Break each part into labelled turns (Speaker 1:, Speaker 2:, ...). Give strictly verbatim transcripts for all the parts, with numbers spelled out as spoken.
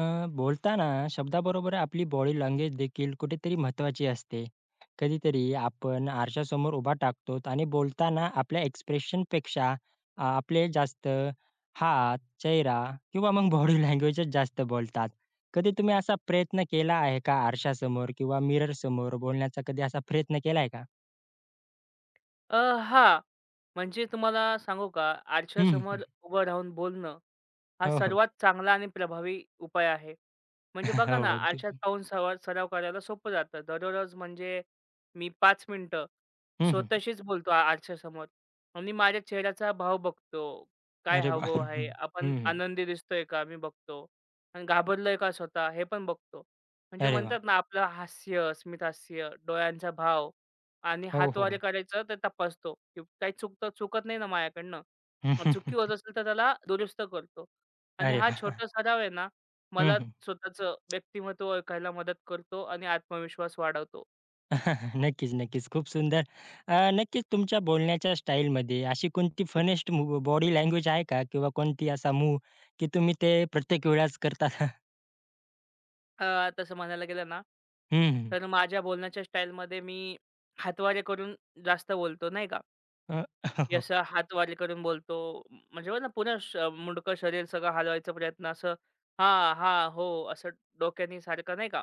Speaker 1: अ, बोलताना शब्दाबरोबर आपली body language देखील कुठेतरी महत्वाची असते. कधीतरी आपण आरशासमोर उभा टाकतो आणि बोलताना आपल्या एक्सप्रेशनपेक्षा अ, आपले जास्त हात, चेहरा किंवा मग बॉडी लँग्वेजच जास्त बोलतात. कधी तुम्ही असा प्रयत्न केला आहे का आरशासमोर किंवा मिररसमोर बोलण्याचा कधी असा प्रयत्न केलाय का?
Speaker 2: अ, हां. म्हणजे तुम्हाला सांगू का,
Speaker 1: हं, हं.
Speaker 2: आरशासमोर उभं राहून बोलणं, हा
Speaker 1: हो, हो.
Speaker 2: सर्वात चांगला आणि प्रभावी उपाय आहे. म्हणजे बघा ना,
Speaker 1: हो, अगदी.
Speaker 2: आरशात पाहून सवा सराव करायला सोपं जातं. दररोज म्हणजे मी पाच मिनिटं
Speaker 1: हं, हं.
Speaker 2: स्वतःशीच बोलतो आ आरशासमोर आणि माझ्या चेहऱ्याचा भाव बघतो. काय
Speaker 1: अरे वाह!
Speaker 2: हावभाव
Speaker 1: हं,
Speaker 2: आहे? आपण
Speaker 1: हं.
Speaker 2: आनंदी दिसतोय का? मी बघतो. आणि घाबरलोय का स्वतः? हे पण बघतो. म्हणजे
Speaker 1: अरे वाह!
Speaker 2: म्हणतात ना, आपलं हास्य, स्मितहास्य, डोळ्यांचा भाव आणि
Speaker 1: हो, हो,
Speaker 2: हातवारे
Speaker 1: हो.
Speaker 2: करायचं ते तपासतो, की काही चुकतं चुकत नाही ना माझ्याकडनं. अ, चुकी होत असेल तर त्याला दुरुस्त करतो. आणि
Speaker 1: अरे
Speaker 2: हा
Speaker 1: वाह!
Speaker 2: छोटा सराव आहे ना,
Speaker 1: हं,
Speaker 2: मला
Speaker 1: हं.
Speaker 2: स्वतःचं व्यक्तिमत्व ओळखायला मदत करतो आणि आत्मविश्वास वाढवतो.
Speaker 1: नक्कीच, नक्कीच. खूप सुंदर. अ, नक्कीच तुमच्या बोलण्याच्या स्टाईलमध्ये अशी कोणती फनेस्ट मूव्ह बॉडी लँग्वेज आहे का? किंवा कोणती असा मूव्ह की तुम्ही ते प्रत्येक वेळेस करता?
Speaker 2: अ, तसं म्हणायला गेलं ना,
Speaker 1: हं, हं.
Speaker 2: तर माझ्या बोलण्याच्या स्टाईलमध्ये मी हातवारे करून जास्त बोलतो नाही का,
Speaker 1: अ,
Speaker 2: की असं हातवारे करून बोलतो. म- म्हणजे बघा ना पुन्हा श मुंडकं शरीर सगळं हलवायचा प्रयत्न असं, हां, हां, हो, असं डोक्याने सारखं नाही का.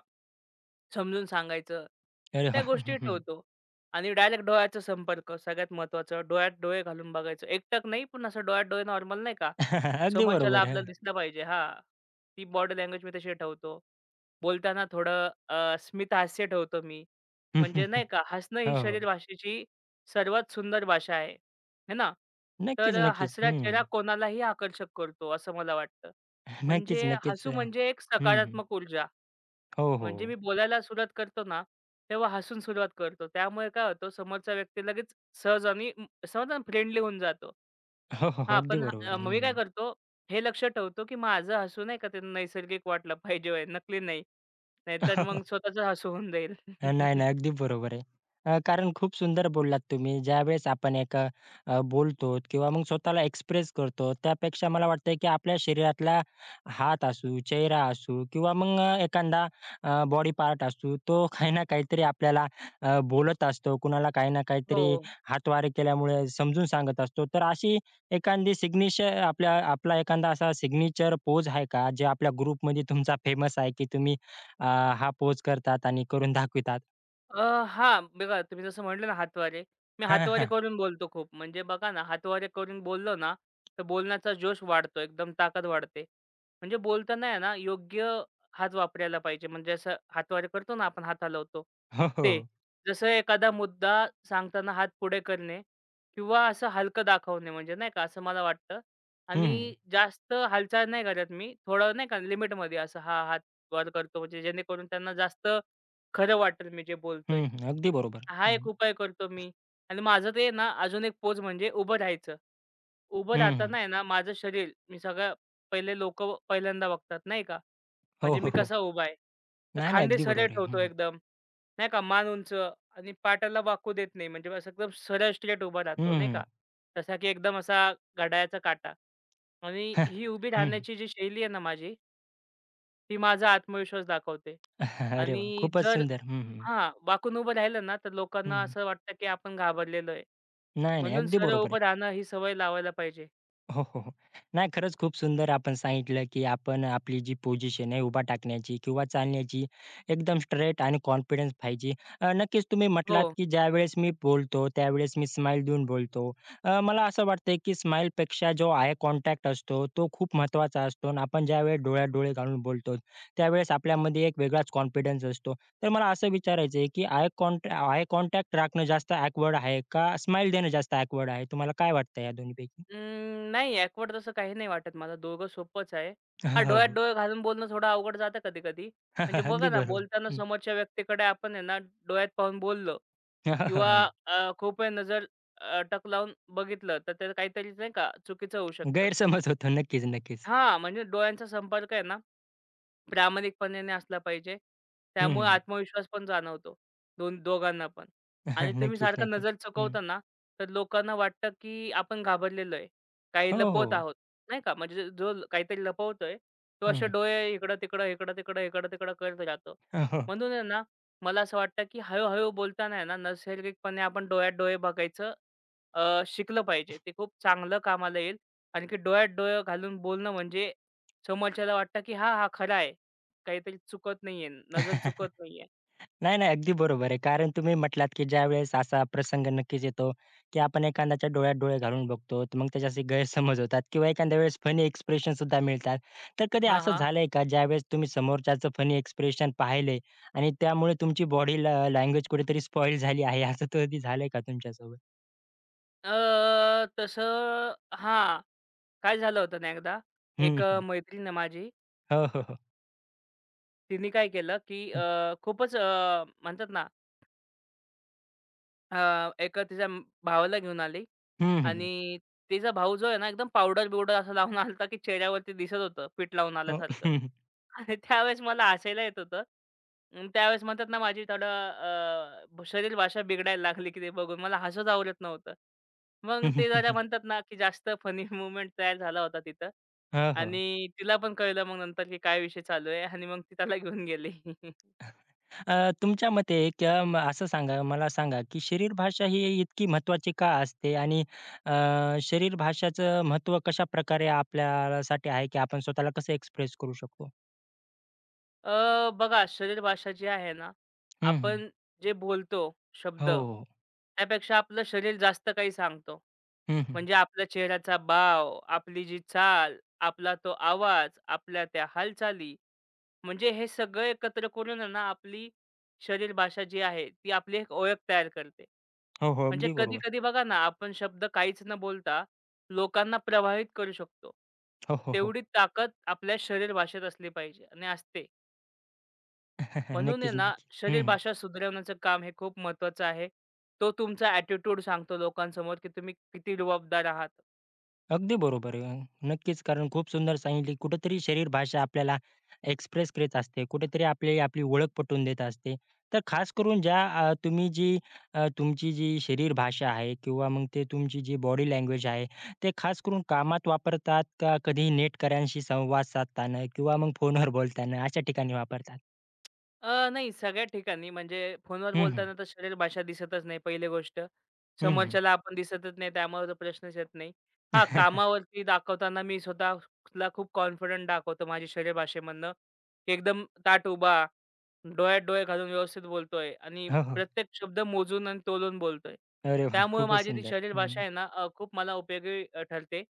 Speaker 2: समजून सांगायचं.
Speaker 1: अरे
Speaker 2: त्या
Speaker 1: वाह!
Speaker 2: गोष्टी
Speaker 1: हं,
Speaker 2: ठेवतो आणि डायरेक्ट डोळ्याचा संपर्क सगळ्यात महत्त्वाचं. डोळ्यात डोळे घालून बघायचं. एकटक नाही, पण असं डोळ्यात डोळे नॉर्मल नाही का,
Speaker 1: अगदी
Speaker 2: समोरच्याला
Speaker 1: बरोबर. हं.
Speaker 2: आपल्याला दिसलं पाहिजे. हां, ती बॉडी लँग्वेज मी तशी ठेवतो. बोलताना थोडं अ, स्मितहास्य ठेवतो मी.
Speaker 1: हं, हं,
Speaker 2: म्हणजे
Speaker 1: हं.
Speaker 2: नाही का, हसणं ही
Speaker 1: हो, हो.
Speaker 2: शरीर भाषेची सर्वात सुंदर भाषा आहे. है ना? तर
Speaker 1: नक्कीच,
Speaker 2: अ,
Speaker 1: नक्कीच.
Speaker 2: हसरा
Speaker 1: हं.
Speaker 2: चेहरा कोणालाही आकर्षक करतो, असं मला वाटतं.
Speaker 1: नक्कीच,
Speaker 2: म्हणजे
Speaker 1: नक्कीच.
Speaker 2: हसू
Speaker 1: हं,
Speaker 2: म्हणजे एक सकारात्मक ऊर्जा.
Speaker 1: हो,
Speaker 2: म्हणजे
Speaker 1: हो.
Speaker 2: मी बोलायला सुरुवात करतो ना, तेव्हा हसून सुरुवात करतो. त्यामुळे काय होतं समोरचा व्यक्ती लगेच सहज आणि म समजलं ना फ्रेंडली होऊन जातो.
Speaker 1: हो, हो. हो.
Speaker 2: हां,
Speaker 1: अगदी
Speaker 2: पण
Speaker 1: बरोबर
Speaker 2: अ,
Speaker 1: आहे.
Speaker 2: मग मी काय
Speaker 1: हं.
Speaker 2: करतो, हे लक्ष ठेवतो, की माझं हसू नाही का ते नैसर्गिक वाटलं पाहिजे, होय, नकली नाही. नाहीतर मग स्वतःचं हसू होऊन जाईल.
Speaker 1: अ, नाही, नाही. अगदी बरोबर आहे. अ, कारण खूप सुंदर बोललात तुम्ही. ज्यावेळेस आपण एका अ, बोलतो किंवा मग स्वतःला एक्सप्रेस करतो, त्यापेक्षा मला वाटतंय की आपल्या शरीरातला हात असू, चेहरा असू किंवा मग अ, एखादा अ, बॉडी पार्ट असू, तो काही ना काहीतरी आपल्याला अ, बोलत असतो. कुणाला काही ना
Speaker 2: हो.
Speaker 1: काहीतरी हातवारे केल्यामुळे समजून सांगत असतो. तर अशी एखादी सिग्नेचर आपल्या आपला एखादा असा सिग्नेचर पोज आहे का? जे आपल्या ग्रुपमध्ये तुमचा फेमस आहे की तुम्ही अ, हा पोज करतात आणि करून दाखवितात?
Speaker 2: अ, हां, बघा तुम्ही जसं म्हटलं ना हातवारे. मी
Speaker 1: हां, हां.
Speaker 2: हातवारे
Speaker 1: हां.
Speaker 2: करून बोलतो खूप. म्हणजे बघा ना, हातवारे करून बोललो ना, तर बोलण्याचा जोश वाढतो, एकदम ताकद वाढते. म्हणजे बोलताना आहे ना, योग्य हात वापरायला पाहिजे. म्हणजे असं हातवारे करतो ना आपण, हात हलवतो
Speaker 1: हो, हो,
Speaker 2: ते.
Speaker 1: हो.
Speaker 2: जसं एखादा मुद्दा सांगताना हात पुढे करणे किंवा असं हलकं दाखवणे म्हणजे नाही का, असं मला वाटतं.
Speaker 1: हं, हं.
Speaker 2: आणि जास्त हालचाल नाही करत मी. थोडं नाही का लिमिटमध्ये असं हा हात वर करतो म्हणजे जेणेकरून त्यांना जास्त खरं वाटेल मी जे
Speaker 1: हं,
Speaker 2: बोलतोय.
Speaker 1: हं. अगदी बरोबर.
Speaker 2: हा एक
Speaker 1: हं,
Speaker 2: उपाय करतो मी आणि माझं ते ना अजून एक पोज म्हणजे उभं राहायचं. उभं
Speaker 1: हं, हं.
Speaker 2: राहताना आहे ना माझं शरीर मी सगळ्या पहिले लोकं पहिल्यांदा बघतात नाही का.
Speaker 1: हो,
Speaker 2: म्हणजे
Speaker 1: हो,
Speaker 2: मी
Speaker 1: हो.
Speaker 2: कसा उभा आहे. तर
Speaker 1: नाही, नाही.
Speaker 2: खांदे
Speaker 1: अगदी
Speaker 2: सरळ
Speaker 1: बरोबर आहे.
Speaker 2: ठेवतो
Speaker 1: हं,
Speaker 2: एकदम. नाही का मान उंच आणि पाटाला वाकू देत नाही म्हणजे असं एकदम सरळ स्ट्रेट उभा
Speaker 1: हं,
Speaker 2: राहतो नाही
Speaker 1: हं.
Speaker 2: का. जसा की एकदम असा घड्याळाचा काटा आणि ही उभी
Speaker 1: हं, हं.
Speaker 2: राहण्याची जी शैली आहे ना माझी, ती माझा आत्मविश्वास दाखवते
Speaker 1: अरे वाह!
Speaker 2: आणि
Speaker 1: खूपच
Speaker 2: जर
Speaker 1: सुंदर. हं, हं.
Speaker 2: हां, वाकून उभं राहिलं ना, तर लोकांना
Speaker 1: हं.
Speaker 2: असं वाटतं, की आपण घाबरलेलो आहे.
Speaker 1: नाही, नाही.
Speaker 2: म्हणून
Speaker 1: अगदी
Speaker 2: सरळ
Speaker 1: बरोबर आहे.
Speaker 2: उभं राहणं ही सवय लावायला पाहिजे.
Speaker 1: हो, हो, हो. नाही खरंच खूप सुंदर आपण सांगितलं, की आपण आपली जी पोझिशन आहे उभा टाकण्याची किंवा चालण्याची एकदम स्ट्रेट आणि कॉन्फिडन्स पाहिजे. अ, नक्कीच तुम्ही
Speaker 2: हो.
Speaker 1: म्हटलात, की ज्यावेळेस मी बोलतो त्यावेळेस मी स्माईल देऊन बोलतो. अ, मला असं वाटतंय, की स्माईलपेक्षा जो आय कॉन्टॅक्ट असतो तो खूप महत्त्वाचा असतो आणि आपण ज्यावेळेस डोळ्यात डोळे घालून बोलतो त्यावेळेस आपल्यामध्ये एक वेगळाच कॉन्फिडन्स असतो. तर मला असं विचारायचं आहे, की आय कॉन्ट आय कॉन्टॅक्ट राखणं जास्त ऑकवर्ड आहे का स्माईल देणं जास्त ऑकवर्ड आहे? तुम्हाला काय वाटतं या दोन्हीपैकी?
Speaker 2: अं, नाही ॲकवर्ड तसं काही नाही वाटत मला. दोघं सोपंच आहे. हां, डोळ्यात
Speaker 1: हो.
Speaker 2: डोळे घालून बोलणं थोडं अवघड जातं कधी-कधी. म्हणजे
Speaker 1: अगदी
Speaker 2: बघा ना,
Speaker 1: बरोबर.
Speaker 2: बोलताना
Speaker 1: हं.
Speaker 2: समोरच्या व्यक्तीकडे आपण आहे ना, डोळ्यात पाहून बोललो किंवा अ, खूप वेळ नजर अ, टक लावून बघितलं, तर त्याचं काहीतरी नाही का चुकीचं होऊ शकतं.
Speaker 1: गैरसमज होतो. नक्कीच, नक्कीच.
Speaker 2: हां, म्हणजे डोळ्यांचा संपर्क आहे ना प्रामाणिकपणाने असला पाहिजे. त्यामुळे
Speaker 1: हं,
Speaker 2: आत्मविश्वास पण जाणवतो दोन दोघांना पण. आणि तुम्ही
Speaker 1: नक्कीच,
Speaker 2: सारखा
Speaker 1: नक्की.
Speaker 2: नजर
Speaker 1: हं.
Speaker 2: चुकवता ना, तर लोकांना वाटतं, की आपण घाबरलेलो आहे. काही
Speaker 1: हो,
Speaker 2: लपवत
Speaker 1: हो.
Speaker 2: आहोत, नाही का. म्हणजे जो ल- काहीतरी लपवतोय, तो असे
Speaker 1: हं.
Speaker 2: डोळे इकडं-तिकडं, इकडं-तिकडं, इकडं-तिकडं करत राहतो.
Speaker 1: हो,
Speaker 2: म्हणून आहे ना, मला असं वाटतं, की हळू बोलताना आहे ना, नैसर्गिकपणे आपण डोळ्यात डोळे बघायचं अ, शिकलं पाहिजे. ते खूप चांगलं कामाला येईल. आणखी डोळ्यात डोळे घालून बोलणं म्हणजे समोरच्याला वाटतं, की हां, हा खरा आहे. काहीतरी चुकत नाहीये, नजर चुकत नाहीये.
Speaker 1: नाही, नाही. अगदी बरोबर आहे. कारण तुम्ही म्हटलात, की ज्यावेळेस असा प्रसंग नक्कीच येतो, की आपण एखाद्याच्या डोळ्यात डोळे घालून बघतो, तर मग त्याच्याशी गैरसमज होतात किंवा एखाद्या वेळेस फनी एक्सप्रेशन सुद्धा मिळतात. तर कधी
Speaker 2: हां,
Speaker 1: असं
Speaker 2: हां.
Speaker 1: झालंय का, ज्यावेळेस तुम्ही समोरच्याचं फनी एक्सप्रेशन पाहिले आणि त्यामुळे तुमची बॉडी लँग्वेज कुठेतरी स्पॉईल झाली आहे, असं कधी झालंय का तुमच्यासोबत?
Speaker 2: अ, तसं हां, काय झालं होतं ना एकदा, एक अ,
Speaker 1: हं,
Speaker 2: मैत्रीण आहे माझी,
Speaker 1: हो, हो, हो.
Speaker 2: तिने काय केलं, की अ, खूपच अ, म्हणतात ना अ, एका तिच्या म- भावाला घेऊन आली
Speaker 1: हं, हं,
Speaker 2: आणि तिचा भाऊ जो आहे ना, एकदम पावडर-बिवडर असं लावून आला की चेहऱ्यावरती दिसत होतं पीठ लावून
Speaker 1: हो.
Speaker 2: आल्यासारखं. आणि त्यावेळेस मला हसायला येत होतं. अन् त्यावेळेस म्हणतात ना, माझी थोडं अ, भ- शरीर भाषा बिघडायला लागली, की ते बघून मला हसूच आवरत नव्हतं. मग ते जरा म्हणतात ना, की जास्त फनी मूव्हमेंट तयार झाला होता तिथं
Speaker 1: हो, हो.
Speaker 2: आणि तिला पण कळलं मग नंतर, की काय विषय चालू आहे आणि मग ती त्याला घेऊन गेली.
Speaker 1: अ, तुमच्या मते किंवा म असं सांगा मला सांगा, की शरीर भाषा ही इतकी महत्वाची का असते? आणि अ, शरीर भाषाचं महत्त्व कशाप्रकारे आपल्यासाठी आहे, की आपण स्वतःला कसं एक्सप्रेस करू शकतो?
Speaker 2: अ, बघा शरीर भाषा जी आहे ना,
Speaker 1: हं, हं.
Speaker 2: आपण जे बोलतो
Speaker 1: हो,
Speaker 2: शब्द,
Speaker 1: हो.
Speaker 2: त्यापेक्षा आपलं शरीर जास्त काही सांगतो.
Speaker 1: हं, हं.
Speaker 2: म्हणजे आपला चेहऱ्याचा भाव, आपली जी चाल, आपला तो आवाज, आपल्या त्या हालचाली, म्हणजे हे सगळं एकत्र करून आहे ना, आपली शरीर भाषा जी आहे, ती आपली एक ओळख तयार करते.
Speaker 1: हो, हो.
Speaker 2: म्हणजे
Speaker 1: अगदी बरोबर.
Speaker 2: कधी-कधी बघा ना, आपण शब्द काहीच न बोलता लोकांना प्रभावित करू शकतो.
Speaker 1: हो, हो, हो.
Speaker 2: तेवढी ताकद आपल्या शरीर भाषेत असली पाहिजे आणि असते. म्हणून आहे
Speaker 1: नक्कीच,
Speaker 2: ना,
Speaker 1: नक्की.
Speaker 2: शरीर
Speaker 1: हं,
Speaker 2: भाषा सुधारवण्याचं काम हे खूप महत्त्वाचं आहे. तो तुमचा ॲटिट्यूड सांगतो लोकांसमोर, की तुम्ही किती रुबाबदार आहात.
Speaker 1: अगदी बरोबर आहे. अं, नक्कीच, कारण खूप सुंदर सांगितली. कुठेतरी शरीर भाषा आपल्याला एक्सप्रेस करीत असते. कुठेतरी आपली आपली ओळख पटवून देत असते. तर खास करून ज्या अ, तुम्ही जी अ, तुमची जी शरीर भाषा आहे किंवा मग ते तुमची जी बॉडी लँग्वेज आहे, ते खास करून कामात वापरतात का कधी नेटकऱ्यांशी संवाद साधताना किंवा मग फोनवर बोलताना अशा ठिकाणी वापरतात?
Speaker 2: अ, नाही सगळ्या ठिकाणी म्हणजे फोनवर
Speaker 1: हं, हं.
Speaker 2: बोलताना तर शरीर भाषा दिसतच नाही पहिली गोष्ट.
Speaker 1: हं, हं.
Speaker 2: समोरच्याला आपण दिसतच नाही त्यामुळे तर प्रश्नच येत नाही. हां, कामावरती दाखवताना मी स्वतःला खूप कॉन्फिडंट दाखवतो माझ्या शरीर भाषेमधनं. की एकदम ताठ उभा, डोळ्यात डोळे घालून व्यवस्थित बोलतोय आणि
Speaker 1: हो, हो.
Speaker 2: प्रत्येक शब्द मोजून आणि तोलून बोलतोय.
Speaker 1: अरे वाह!
Speaker 2: त्यामुळे
Speaker 1: खूपच
Speaker 2: माझी ती
Speaker 1: सुंदर.
Speaker 2: शरीर
Speaker 1: हं,
Speaker 2: भाषा
Speaker 1: हं.
Speaker 2: आहे ना अ, खूप मला उपयोगी अ, ठरते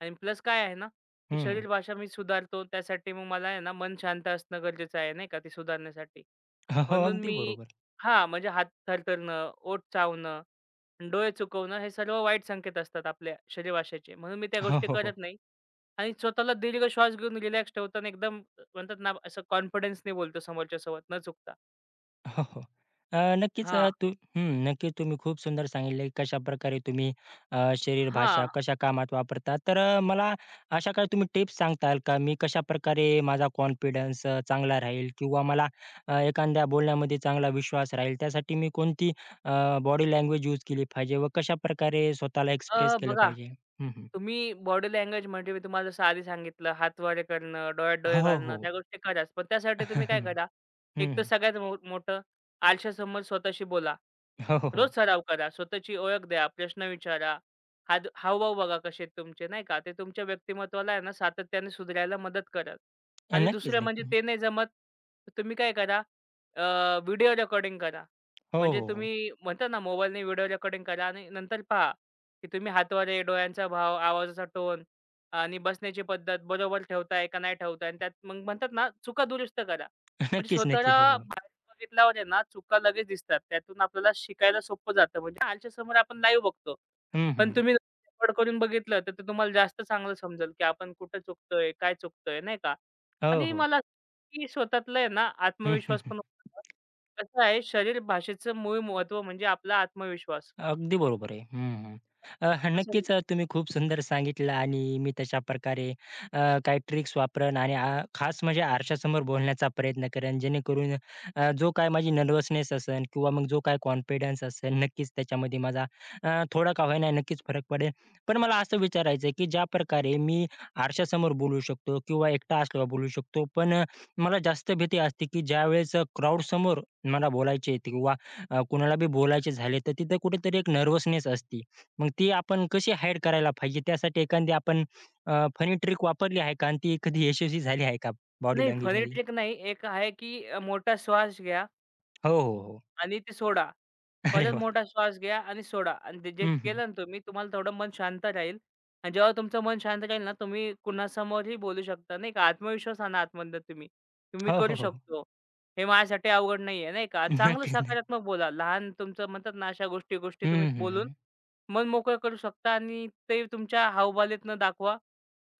Speaker 2: आणि प्लस काय आहे ना की शरीर भाषा मी सुधारतो. त्यासाठी मग मला आहे ना, मन शांत असणं गरजेचं आहे, नाही का, ती सुधारण्यासाठी.
Speaker 1: हो, हो.
Speaker 2: म्हणून
Speaker 1: अगदी
Speaker 2: मी
Speaker 1: बरोबर.
Speaker 2: हां, म्हणजे हात थरथरणं, ओठ चावणं, डोळे चुकवणं हे सर्व वाईट संकेत असतात आपल्या शरीरभाषेचे. म्हणून मी त्या
Speaker 1: हो,
Speaker 2: गोष्टी
Speaker 1: हो, हो.
Speaker 2: करत नाही आणि स्वतःला दीर्घ श्वास घेऊन रिलॅक्स ठेवतो एकदम म्हणतात ना, असं कॉन्फिडन्सने बोलतो समोरच्यासोबत न चुकता.
Speaker 1: हो, हो. अ, नक्कीच
Speaker 2: हां.
Speaker 1: अ, तू हं, नक्कीच तुम्ही खूप सुंदर सांगितले कशाप्रकारे तुम्ही अ, शरीर भाषा
Speaker 2: हां.
Speaker 1: कशा कामात वापरता. तर अ, मला अशा काही तुम्ही टिप्स सांगताल का? मी कशाप्रकारे माझा कॉन्फिडन्स अ, चांगला राहील किंवा मला अ, एखाद्या बोलण्यामध्ये चांगला विश्वास राहील त्यासाठी मी कोणती बॉडी लँग्वेज यूज केली पाहिजे व कशाप्रकारे स्वतःला एक्सप्रेस
Speaker 2: अ,
Speaker 1: केलं
Speaker 2: बघा,
Speaker 1: पाहिजे? हं, हं.
Speaker 2: तुम्ही बॉडी लँग्वेज म्हणजे मी तुम्हाला जसं आधी सांगितलं, हातवारे करणं, डोळ्यात डोळे
Speaker 1: हो,
Speaker 2: घालणं,
Speaker 1: हो.
Speaker 2: त्या गोष्टी कराच. पण त्यासाठी तुम्ही काय
Speaker 1: हं,
Speaker 2: करा, एक तर
Speaker 1: हं.
Speaker 2: सगळ्यात मो मोठं आरशासमोर स्वतःशी बोला.
Speaker 1: हो, हो,
Speaker 2: रोज
Speaker 1: हो.
Speaker 2: सराव करा. स्वतःची ओळख द्या, प्रश्न विचारा, हात हावभाव बघा कसे आहेत तुमचे, नाही का? ते तुमच्या व्यक्तिमत्त्वाला आहे ना सातत्याने सुधारायला मदत करेल. आणि
Speaker 1: नक्कीच,
Speaker 2: दुसरं म्हणजे
Speaker 1: नक्की.
Speaker 2: ते नाही जमत, तर तुम्ही काय करा, व्हिडिओ रेकॉर्डिंग करा.
Speaker 1: हो,
Speaker 2: म्हणजे
Speaker 1: हो, हो.
Speaker 2: तुम्ही म्हणता ना मोबाईलने व्हिडिओ रेकॉर्डिंग करा आणि नंतर पहा. की तुम्ही हातवारे, डोळ्यांचा भाव, आवाजाचा टोन आणि बसण्याची पद्धत बरोबर ठेवताय का नाही ठेवताय आणि त्यात मग म्हणतात ना, चुका दुरुस्त करा. म्हणजे
Speaker 1: नक्कीच,
Speaker 2: स्वतःला
Speaker 1: नक्कीच. हो, हो.
Speaker 2: बाहेरून बघितल्यावर आहे ना, चुका लगेच दिसतात. त्यातून आपल्याला शिकायला सोपं जातं. म्हणजे आरशासमोर आपण लाईव्ह बघतो.
Speaker 1: हं, हं.
Speaker 2: पण तुम्ही रेकॉर्ड करून बघितलं, तर ते तुम्हाला जास्त चांगलं समजेल, की आपण कुठं चुकतोय, काय चुकतोय, नाही का?
Speaker 1: हो,
Speaker 2: आणि
Speaker 1: हो.
Speaker 2: मला असं की स्वतःतला आहे ना,
Speaker 1: हं, हं,
Speaker 2: आत्मविश्वास
Speaker 1: हं.
Speaker 2: पण वाढतो. कसं आहे, शरीर भाषेचं मूळ महत्त्व म्हणजे आपला आत्मविश्वास.
Speaker 1: अगदी बरोबर आहे. हं, हं. अ, नक्कीच अ, तुम्ही खूप सुंदर सांगितलं आणि मी तशा प्रकारे अ, काही ट्रिक्स वापरेन आणि आ, खास म्हणजे आरशासमोर बोलण्याचा प्रयत्न करेन जेणेकरून अ, जो काय माझी नर्व्हसनेस असेल किंवा मग जो काय कॉन्फिडन्स असेल नक्कीच त्याच्यामध्ये माझा अ, थोडा का होईना नक्कीच फरक पडेल. पण मला असं विचारायचं आहे, की ज्या प्रकारे मी आरशासमोर बोलू शकतो किंवा एकटा असल्यावर बोलू शकतो. पण अ, मला जास्त भीती असते, की ज्यावेळेस अ, क्राउडसमोर मला बोलायचे आहे अ, कुणाला बी बोलायचे झाले, तर तिथं कुठेतरी एक नर्व्हसनेस असते. मग ती आपण कशी हाईड करायला पाहिजे? त्यासाठी एखादी आपण अ, फनी ट्रिक वापरली आहे का? आणि ती कधी यशस्वी झाली आहे का बॉडी
Speaker 2: नाही फनी
Speaker 1: लँग्वेजमध्ये?
Speaker 2: ट्रिक नाही. एक आहे की अ, मोठा श्वास घ्या
Speaker 1: हो, हो, हो.
Speaker 2: आणि ते सोडा.
Speaker 1: अरे
Speaker 2: परत
Speaker 1: वा
Speaker 2: मोठा श्वास घ्या आणि सोडा आणि ते जे
Speaker 1: हं, हं.
Speaker 2: केलं ना तुम्ही तुम्हाला थोडं मन शांत राहील आणि जेव्हा तुमचं मन शांत राहील ना, तुम्ही कुणासमोरही बोलू शकता नाही का. आत्मविश्वास आणा आतमधनं तुम्ही. की
Speaker 1: हो, हो,
Speaker 2: करू
Speaker 1: हो.
Speaker 2: शकतो. हे माझ्यासाठी अवघड नाहीये नाही का. आणि चांगलं
Speaker 1: नक्की, नक्की.
Speaker 2: सकारात्मक बोला. लहान तुमचं म्हणतात ना अशा गोष्टी, गोष्टी तुम्ही
Speaker 1: हं,
Speaker 2: बोलून
Speaker 1: हं,
Speaker 2: मन मोकळं करू शकता आणि ते तुमच्या हावभावातनं दाखवा.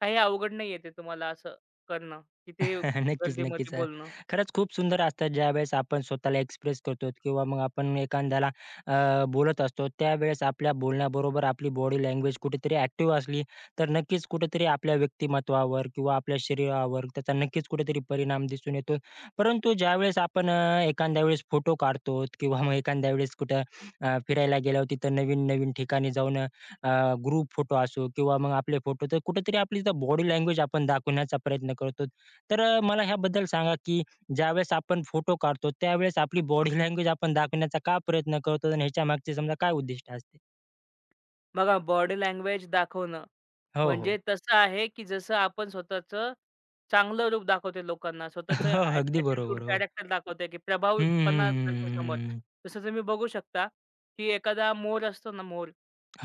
Speaker 2: काही अवघड नाहीये ते तुम्हाला असं करणं, की ते
Speaker 1: नक्कीच, नक्कीच.
Speaker 2: गर्दीमध्ये
Speaker 1: अ,
Speaker 2: बोलणं.
Speaker 1: खरंच खूप सुंदर असतात ज्यावेळेस आपण स्वतःला एक्सप्रेस करतो किंवा मग आपण एखाद्याला अ, बोलत असतो, त्यावेळेस आपल्या बोलण्याबरोबर आपली बॉडी लँग्वेज कुठेतरी ॲक्टिव्ह असली, तर नक्कीच कुठेतरी आपल्या व्यक्तिमत्त्वावर किंवा आपल्या शरीरावर त्याचा नक्कीच कुठेतरी परिणाम दिसून येतो. परंतु ज्यावेळेस आपण अ, एखाद्या वेळेस फोटो काढतो किंवा मग एखाद्या वेळेस कुठं अ, फिरायला गेल्यावर तिथं नवीन-नवीन ठिकाणी जाऊन ग्रुप फोटो असो किंवा मग आपले फोटो, तर कुठेतरी आपली बॉडी लँग्वेज आपण दाखवण्याचा प्रयत्न करतो. तर अ, मला ह्याबद्दल सांगा, की ज्यावेळेस आपण फोटो काढतो, त्यावेळेस आपली बॉडी लँग्वेज आपण दाखवण्याचा का प्रयत्न करतो आणि ह्याच्या मागचे समजा काय उद्दिष्ट असते?
Speaker 2: बघा बॉडी लँग्वेज दाखवणं,
Speaker 1: हो,
Speaker 2: म्हणजे
Speaker 1: हो.
Speaker 2: तसं आहे, की जसं आपण स्वतःचं चांगलं रूप दाखवतोय लोकांना, स्वतःचं
Speaker 1: हो, हो.
Speaker 2: ॲट
Speaker 1: अगदी
Speaker 2: ॲटिट्यूड,
Speaker 1: बरोबर. हो.
Speaker 2: कॅरेक्टर दाखवतोय, की
Speaker 1: हं,
Speaker 2: प्रभावीपणा करतो समोर.
Speaker 1: हं.
Speaker 2: तसं तुम्ही बघू शकता, की एखादा मोर असतो ना मोर,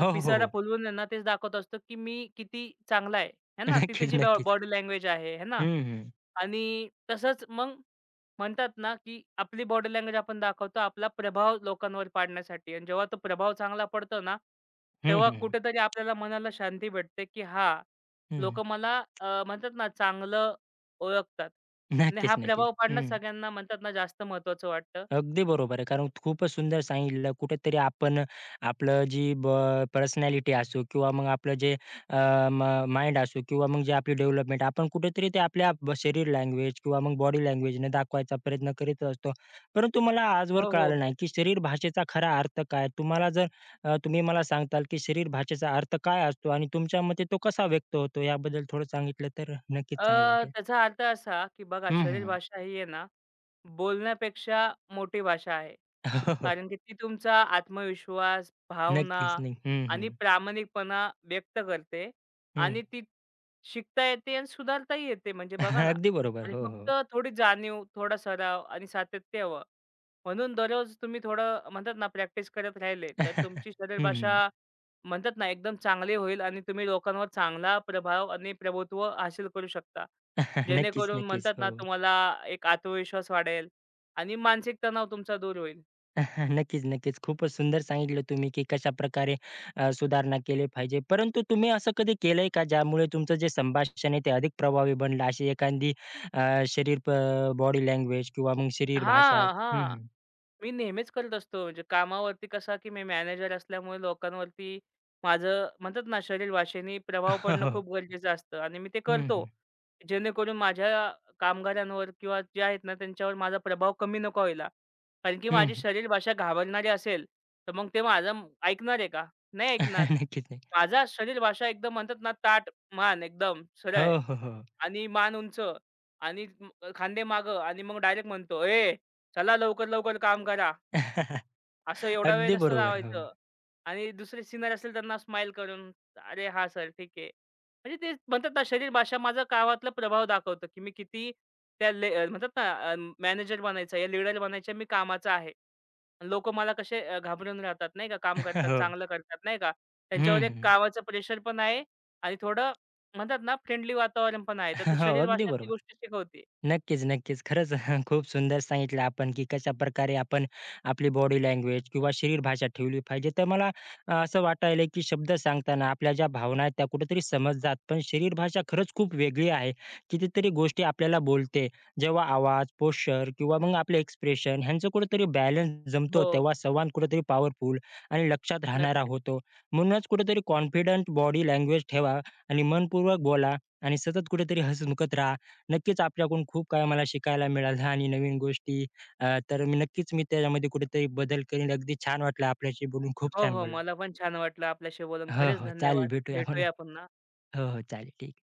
Speaker 2: तर
Speaker 1: हो,
Speaker 2: पिसारा
Speaker 1: हो.
Speaker 2: फुलवून आहे ना, तेच दाखवत असतो, की मी किती चांगला आहे. आहे ना? ती
Speaker 1: नक्कीच,
Speaker 2: त्याची
Speaker 1: नक्कीच.
Speaker 2: बॉडी लँग्वेज आहे. आहे ना?
Speaker 1: हं, हं.
Speaker 2: आणि तसंच मग म्हणतात ना, की आपली बॉडी लँग्वेज आपण दाखवतो, आपला प्रभाव लोकांवर पाडण्यासाठी आणि जेव्हा तो प्रभाव चांगला पडतो ना,
Speaker 1: हं,
Speaker 2: तेव्हा
Speaker 1: हं.
Speaker 2: कुठेतरी आपल्याला मनाला शांती भेटते, की हां,
Speaker 1: हं.
Speaker 2: लोकं मला अ, म्हणतात ना, चांगलं ओळखतात आणि
Speaker 1: नक्कीच,
Speaker 2: हा
Speaker 1: नक्कीच.
Speaker 2: प्रभाव पाडणं
Speaker 1: हं.
Speaker 2: सगळ्यांना म्हणतात ना, जास्त महत्त्वाचं वाटतं.
Speaker 1: अगदी बरोबर आहे. कारण खूपच सुंदर सांगितलं. कुठेतरी आपण आपलं जी ब पर्सनॅलिटी असो किंवा मग आपलं जे अ, म माइंड असो किंवा मग जे आपली डेव्हलपमेंट आपण कुठेतरी ते आपल्या ब शरीर लँग्वेज किंवा मग बॉडी लँग्वेजने दाखवायचा प्रयत्न करीत असतो. परंतु मला आजवर
Speaker 2: हो,
Speaker 1: कळालं
Speaker 2: हो.
Speaker 1: नाही, की शरीर भाषेचा खरा अर्थ काय? तुम्हाला जर अ, तुम्ही मला सांगताल, की शरीर भाषेचा अर्थ काय असतो आणि तुमच्या मते तो कसा व्यक्त होतो? याबद्दल थोडं सांगितलं तर नक्कीच
Speaker 2: अ,
Speaker 1: चांगलं वाटेल.
Speaker 2: त्याचा अर्थ असा, की बघा
Speaker 1: हं,
Speaker 2: शरीर
Speaker 1: हं.
Speaker 2: भाषा ही आहे ना, बोलण्यापेक्षा मोठी भाषा आहे.
Speaker 1: हो, हो.
Speaker 2: कारण की ती तुमचा आत्मविश्वास, भावना
Speaker 1: नक्कीच. नाही. हं, हं.
Speaker 2: आणि प्रामाणिकपणा व्यक्त करते
Speaker 1: हं.
Speaker 2: आणि ती शिकता येते आणि सुधारताही येते म्हणजे बघा ना
Speaker 1: अगदी बरोबर.
Speaker 2: आणि
Speaker 1: हो,
Speaker 2: फक्त
Speaker 1: हो.
Speaker 2: थोडी जाणीव, थोडा सराव आणि सातत्य हवं. म्हणून दररोज तुम्ही थोडं म्हणतात ना, प्रॅक्टिस करत राहिले, तर तुमची शरीर
Speaker 1: हं.
Speaker 2: भाषा म्हणतात ना एकदम चांगले होईल आणि तुम्ही लोकांवर चांगला प्रभाव आणि प्रभुत्व हासिल करू शकता.
Speaker 1: नक्कीच,
Speaker 2: जेणेकरून
Speaker 1: नक्कीच.
Speaker 2: म्हणतात
Speaker 1: हो.
Speaker 2: ना तुम्हाला एक आत्मविश्वास वाढेल आणि मानसिक तणाव तुमचा दूर होईल.
Speaker 1: नक्कीच, नक्कीच. खूपच सुंदर सांगितलं तुम्ही, की कशाप्रकारे अ, सुधारणा केली पाहिजे. परंतु तुम्ही असं कधी केलंय का, ज्यामुळे तुमचं जे संभाषण आहे ते अधिक प्रभावी बनलं? अशी एखादी अ, शरीर प बॉडी लँग्वेज किंवा मग शरीर भाषा?
Speaker 2: हां,
Speaker 1: हं,
Speaker 2: हां.
Speaker 1: हं.
Speaker 2: मी नेहमीच करत असतो. म्हणजे कामावरती कसं की मी मॅनेजर असल्यामुळे लोकांवरती माझं म्हणतात ना शरीर भाषेने प्रभाव
Speaker 1: हो,
Speaker 2: पडणं
Speaker 1: हो.
Speaker 2: खूप गरजेचं असतं आणि मी ते
Speaker 1: हं,
Speaker 2: करतो.
Speaker 1: हं.
Speaker 2: जेणेकरून माझ्या कामगारांवर किंवा जे आहेत ना त्यांच्यावर माझा प्रभाव कमी नको व्हायला. कारण की माझी
Speaker 1: हं,
Speaker 2: शरीर भाषा घाबरणारी असेल, तर मग ते माझं म- ऐकणार आहे का? नाही ऐकणार.
Speaker 1: नक्कीच नाही.
Speaker 2: माझा शरीर भाषा एकदम म्हणतात ना ताठ मान एकदम
Speaker 1: हो,
Speaker 2: सरळ
Speaker 1: हो, हो.
Speaker 2: आणि मान उंच आणि म- खांदे मागं आणि मग डायरेक्ट म्हणतो, "ए, चला लवकर-लवकर काम करा." असं एवढा वेळ
Speaker 1: अगदी
Speaker 2: नसतं
Speaker 1: बरोबर. हो.
Speaker 2: लावायचं आणि दुसरे सिनियर असेल त्यांना स्माईल करून, "अरे हा सर, ठीक आहे." म्हणजे ते म्हणतात ना शरीर भाषा माझा कामातला प्रभाव दाखवतो, की मी किती त्या ले अं, म्हणतात ना मॅनेजर बनायचं या लीडर बनायचं मी कामाचा आहे. लोकं मला कसे अ, घाबरून राहतात नाही का, काम करतात,
Speaker 1: हो.
Speaker 2: चांगलं करतात नाही का.
Speaker 1: हं,
Speaker 2: त्यांच्यावर एक
Speaker 1: हं.
Speaker 2: कामाचं प्रेशर पण आहे आणि थोडं म्हणतात ना फ्रेंडली वातावरण पण आहे. तर ते
Speaker 1: हो,
Speaker 2: शरीर
Speaker 1: अगदी
Speaker 2: भाषा ती
Speaker 1: बरोबर.
Speaker 2: गोष्ट शिकवते.
Speaker 1: नक्कीच, नक्कीच. खरंच खूप सुंदर सांगितलं आपण, की कशाप्रकारे आपण आपली बॉडी लँग्वेज किंवा शरीर भाषा ठेवली पाहिजे. तर मला अ, असं वाटायलंय, की शब्द सांगताना आपल्या ज्या भावना आहेत त्या कुठेतरी समजतात. पण शरीर भाषा खरंच खूप वेगळी आहे. कितीतरी गोष्टी आपल्याला बोलते. जेव्हा आवाज, पोश्चर किंवा मग आपले एक्सप्रेशन ह्यांचं कुठेतरी बॅलन्स जमतो,
Speaker 2: हो,
Speaker 1: तेव्हा संवाद कुठेतरी पॉवरफुल आणि लक्षात राहणारा
Speaker 2: नक्कीच.
Speaker 1: होतो. म्हणूनच कुठेतरी कॉन्फिडंट बॉडी लँग्वेज ठेवा आणि मनपूर्वक बोला आणि सतत कुठेतरी हसमुखत राहा. नक्कीच आपल्याकडून खूप काही मला शिकायला मिळालं आणि नवीन गोष्टी अ, तर मी नक्कीच मी त्याच्यामध्ये कुठेतरी बदल करीन. अगदी छान वाटलं आपल्याशी बोलून. खूप
Speaker 2: हो,
Speaker 1: छान
Speaker 2: हो.
Speaker 1: बोललात.
Speaker 2: मला पण छान वाटलं आपल्याशी बोलून.
Speaker 1: हो,
Speaker 2: खरंच
Speaker 1: हो. चालेल
Speaker 2: धन्यवाद.
Speaker 1: भेटूया म्हणून.
Speaker 2: भेटूया पुन्हा.
Speaker 1: हो, हो. चालेल. ठीक